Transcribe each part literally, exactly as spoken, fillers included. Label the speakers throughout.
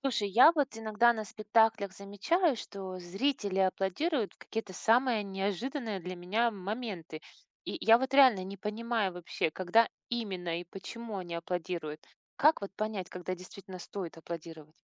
Speaker 1: Слушай, я вот иногда на спектаклях замечаю, что зрители аплодируют в какие-то самые неожиданные для меня моменты. И я вот реально не понимаю вообще, когда именно и почему они аплодируют. Как вот понять, когда действительно стоит аплодировать?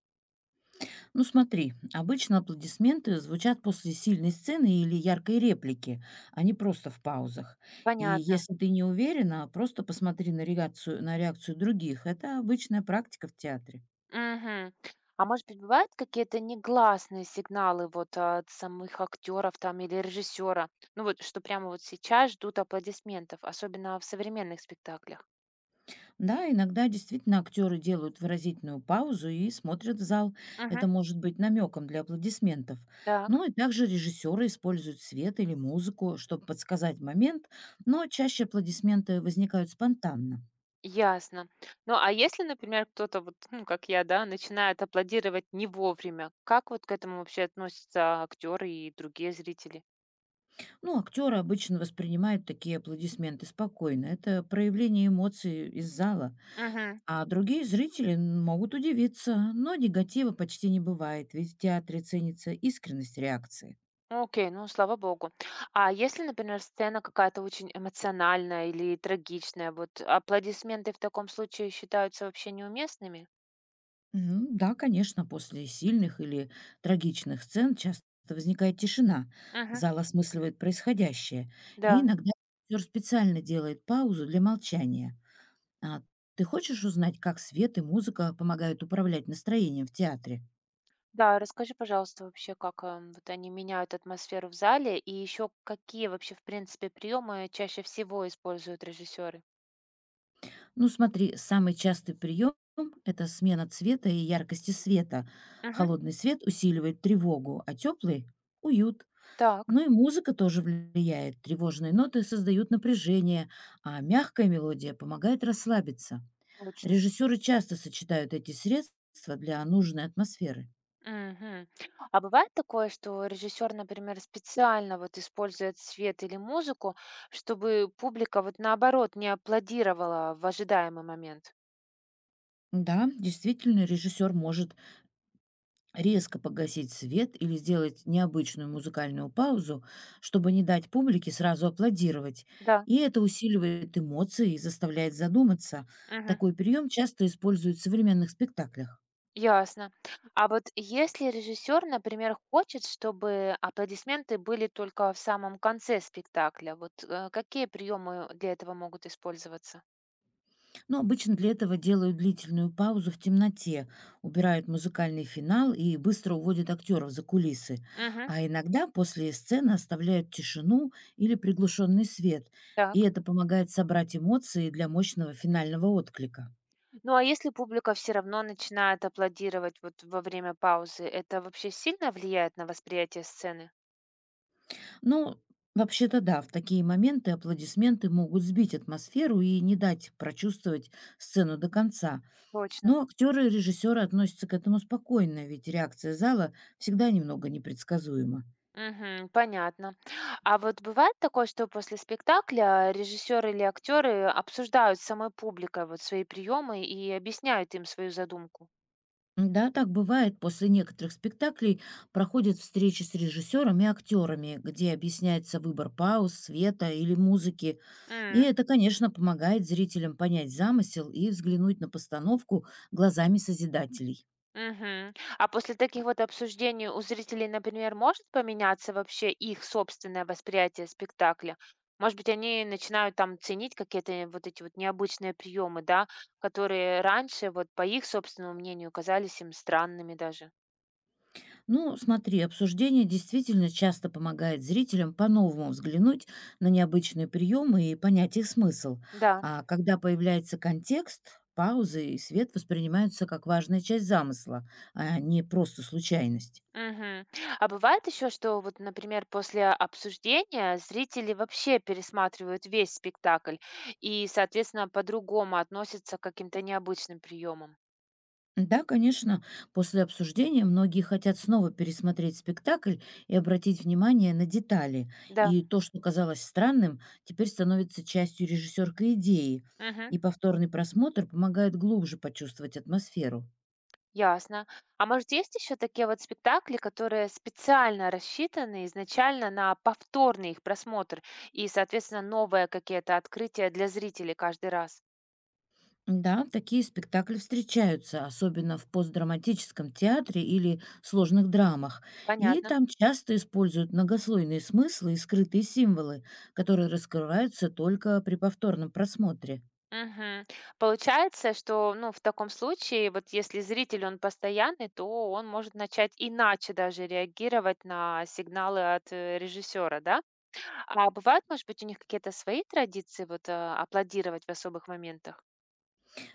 Speaker 2: Ну смотри, обычно аплодисменты звучат после сильной сцены или яркой реплики, а не просто в паузах. И
Speaker 1: Понятно.
Speaker 2: если ты не уверена, просто посмотри на реакцию, на реакцию других. Это обычная практика в театре.
Speaker 1: Мгм. А может быть, бывают какие-то негласные сигналы вот от самых актеров там или режиссера? Ну вот, что прямо вот сейчас ждут аплодисментов, особенно в современных спектаклях.
Speaker 2: Да, иногда действительно актеры делают выразительную паузу и смотрят в зал.
Speaker 1: Угу.
Speaker 2: Это может быть намеком для аплодисментов.
Speaker 1: Так.
Speaker 2: Ну и также режиссеры используют свет или музыку, чтобы подсказать момент, но чаще аплодисменты возникают спонтанно.
Speaker 1: Ясно. Ну, а если, например, кто-то вот, ну, как я, да, начинает аплодировать не вовремя, как вот к этому вообще относятся актеры и другие зрители?
Speaker 2: Ну, актеры обычно воспринимают такие аплодисменты спокойно. Это проявление эмоций из зала.
Speaker 1: Угу.
Speaker 2: А другие зрители н- могут удивиться, но негатива почти не бывает, ведь в театре ценится искренность реакции.
Speaker 1: Окей, ну, слава богу. А если, например, сцена какая-то очень эмоциональная или трагичная, вот аплодисменты в таком случае считаются вообще неуместными?
Speaker 2: М, Да, конечно, после сильных или трагичных сцен часто возникает тишина.
Speaker 1: Угу.
Speaker 2: Зал осмысливает происходящее. И
Speaker 1: Да.
Speaker 2: иногда актер специально делает паузу для молчания. А ты хочешь узнать, как свет и музыка помогают управлять настроением в театре?
Speaker 1: Да, расскажи, пожалуйста, вообще, как эм, вот они меняют атмосферу в зале и еще какие вообще, в принципе, приемы чаще всего используют режиссеры?
Speaker 2: Ну, смотри, самый частый прием — это смена цвета и яркости света. Холодный свет усиливает тревогу, а теплый — уют.
Speaker 1: Так,
Speaker 2: Ну и музыка тоже влияет. Тревожные ноты создают напряжение, а мягкая мелодия помогает расслабиться.
Speaker 1: точно.
Speaker 2: Режиссеры часто сочетают эти средства для нужной атмосферы.
Speaker 1: Мгм. А бывает такое, что режиссер, например, специально вот использует свет или музыку, чтобы публика вот наоборот не аплодировала в ожидаемый момент?
Speaker 2: Да, действительно, режиссер может резко погасить свет или сделать необычную музыкальную паузу, чтобы не дать публике сразу аплодировать.
Speaker 1: Да.
Speaker 2: И это усиливает эмоции и заставляет задуматься.
Speaker 1: Мгм.
Speaker 2: Такой прием часто используют в современных спектаклях.
Speaker 1: Ясно. А вот если режиссер, например, хочет, чтобы аплодисменты были только в самом конце спектакля, вот э, какие приемы для этого могут использоваться?
Speaker 2: Но обычно для этого делают длительную паузу в темноте, убирают музыкальный финал и быстро уводят актеров за кулисы.
Speaker 1: Мгм.
Speaker 2: А иногда после сцены оставляют тишину или приглушенный свет. И
Speaker 1: Так.
Speaker 2: это помогает собрать эмоции для мощного финального отклика.
Speaker 1: Ну, а если публика все равно начинает аплодировать вот во время паузы, это вообще сильно влияет на восприятие сцены?
Speaker 2: Ну, вообще-то да, в такие моменты аплодисменты могут сбить атмосферу и не дать прочувствовать сцену до конца.
Speaker 1: Точно.
Speaker 2: Но актеры и режиссеры относятся к этому спокойно, ведь реакция зала всегда немного непредсказуема.
Speaker 1: Мгм, понятно. А вот бывает такое, что после спектакля режиссеры или актеры обсуждают с самой публикой вот свои приемы и объясняют им свою задумку?
Speaker 2: Да, так бывает. После некоторых спектаклей проходят встречи с режиссером и актерами, где объясняется выбор пауз, света или музыки. И
Speaker 1: М.
Speaker 2: это, конечно, помогает зрителям понять замысел и взглянуть на постановку глазами созидателей.
Speaker 1: Мгм. А после таких вот обсуждений у зрителей, например, может поменяться вообще их собственное восприятие спектакля? Может быть, они начинают там ценить какие-то вот эти вот необычные приемы, да, которые раньше, вот по их собственному мнению, казались им странными даже.
Speaker 2: Ну, смотри, обсуждение действительно часто помогает зрителям по-новому взглянуть на необычные приемы и понять их смысл.
Speaker 1: Да.
Speaker 2: А когда появляется контекст, паузы и свет воспринимаются как важная часть замысла, а не просто случайность.
Speaker 1: Мгм. А бывает еще, что вот, например, после обсуждения зрители вообще пересматривают весь спектакль и, соответственно, по-другому относятся к каким-то необычным приемам.
Speaker 2: Да, конечно, после обсуждения многие хотят снова пересмотреть спектакль и обратить внимание на детали.
Speaker 1: Да.
Speaker 2: И то, что казалось странным, теперь становится частью режиссерской идеи.
Speaker 1: Мгм.
Speaker 2: И повторный просмотр помогает глубже почувствовать атмосферу.
Speaker 1: Ясно. А может, есть еще такие вот спектакли, которые специально рассчитаны изначально на повторный их просмотр и, соответственно, новые какие-то открытия для зрителей каждый раз?
Speaker 2: Да, такие спектакли встречаются, особенно в постдраматическом театре или сложных драмах. И
Speaker 1: Понятно.
Speaker 2: там часто используют многослойные смыслы и скрытые символы, которые раскрываются только при повторном просмотре.
Speaker 1: Мгм. Получается, что, ну, в таком случае, вот если зритель, он постоянный, то он может начать иначе даже реагировать на сигналы от режиссера, да? А бывают, может быть, у них какие-то свои традиции вот э, аплодировать в особых моментах?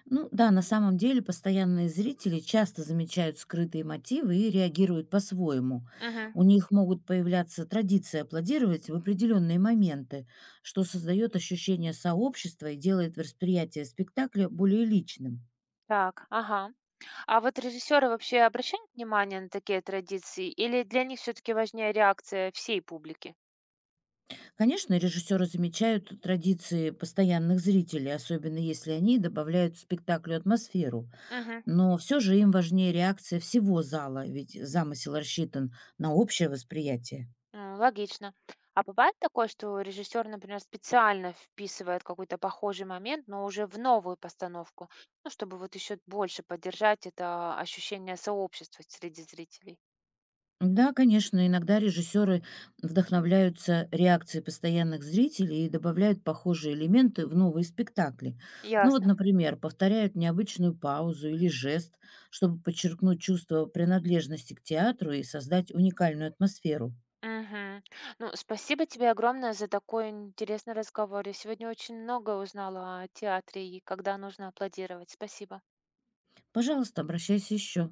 Speaker 2: Ну да, на самом деле постоянные зрители часто замечают скрытые мотивы и реагируют по-своему.
Speaker 1: Мгм.
Speaker 2: У них могут появляться традиции аплодировать в определенные моменты, что создает ощущение сообщества и делает восприятие спектакля более личным.
Speaker 1: Так, ага. А вот режиссеры вообще обращают внимание на такие традиции, или для них все-таки важнее реакция всей публики?
Speaker 2: Конечно, режиссеры замечают традиции постоянных зрителей, особенно если они добавляют спектаклю атмосферу.
Speaker 1: Мгм.
Speaker 2: Но все же им важнее реакция всего зала, ведь замысел рассчитан на общее восприятие.
Speaker 1: М, Логично. А бывает такое, что режиссер, например, специально вписывает какой-то похожий момент, но уже в новую постановку, ну, чтобы вот еще больше поддержать это ощущение сообщества среди зрителей.
Speaker 2: Да, конечно, иногда режиссеры вдохновляются реакцией постоянных зрителей и добавляют похожие элементы в новые спектакли. Ну вот,
Speaker 1: Ясно.
Speaker 2: например, повторяют необычную паузу или жест, чтобы подчеркнуть чувство принадлежности к театру и создать уникальную атмосферу.
Speaker 1: Мгм. Ну, спасибо тебе огромное за такой интересный разговор. Я сегодня очень много узнала о театре и когда нужно аплодировать. Спасибо.
Speaker 2: Пожалуйста, обращайся еще.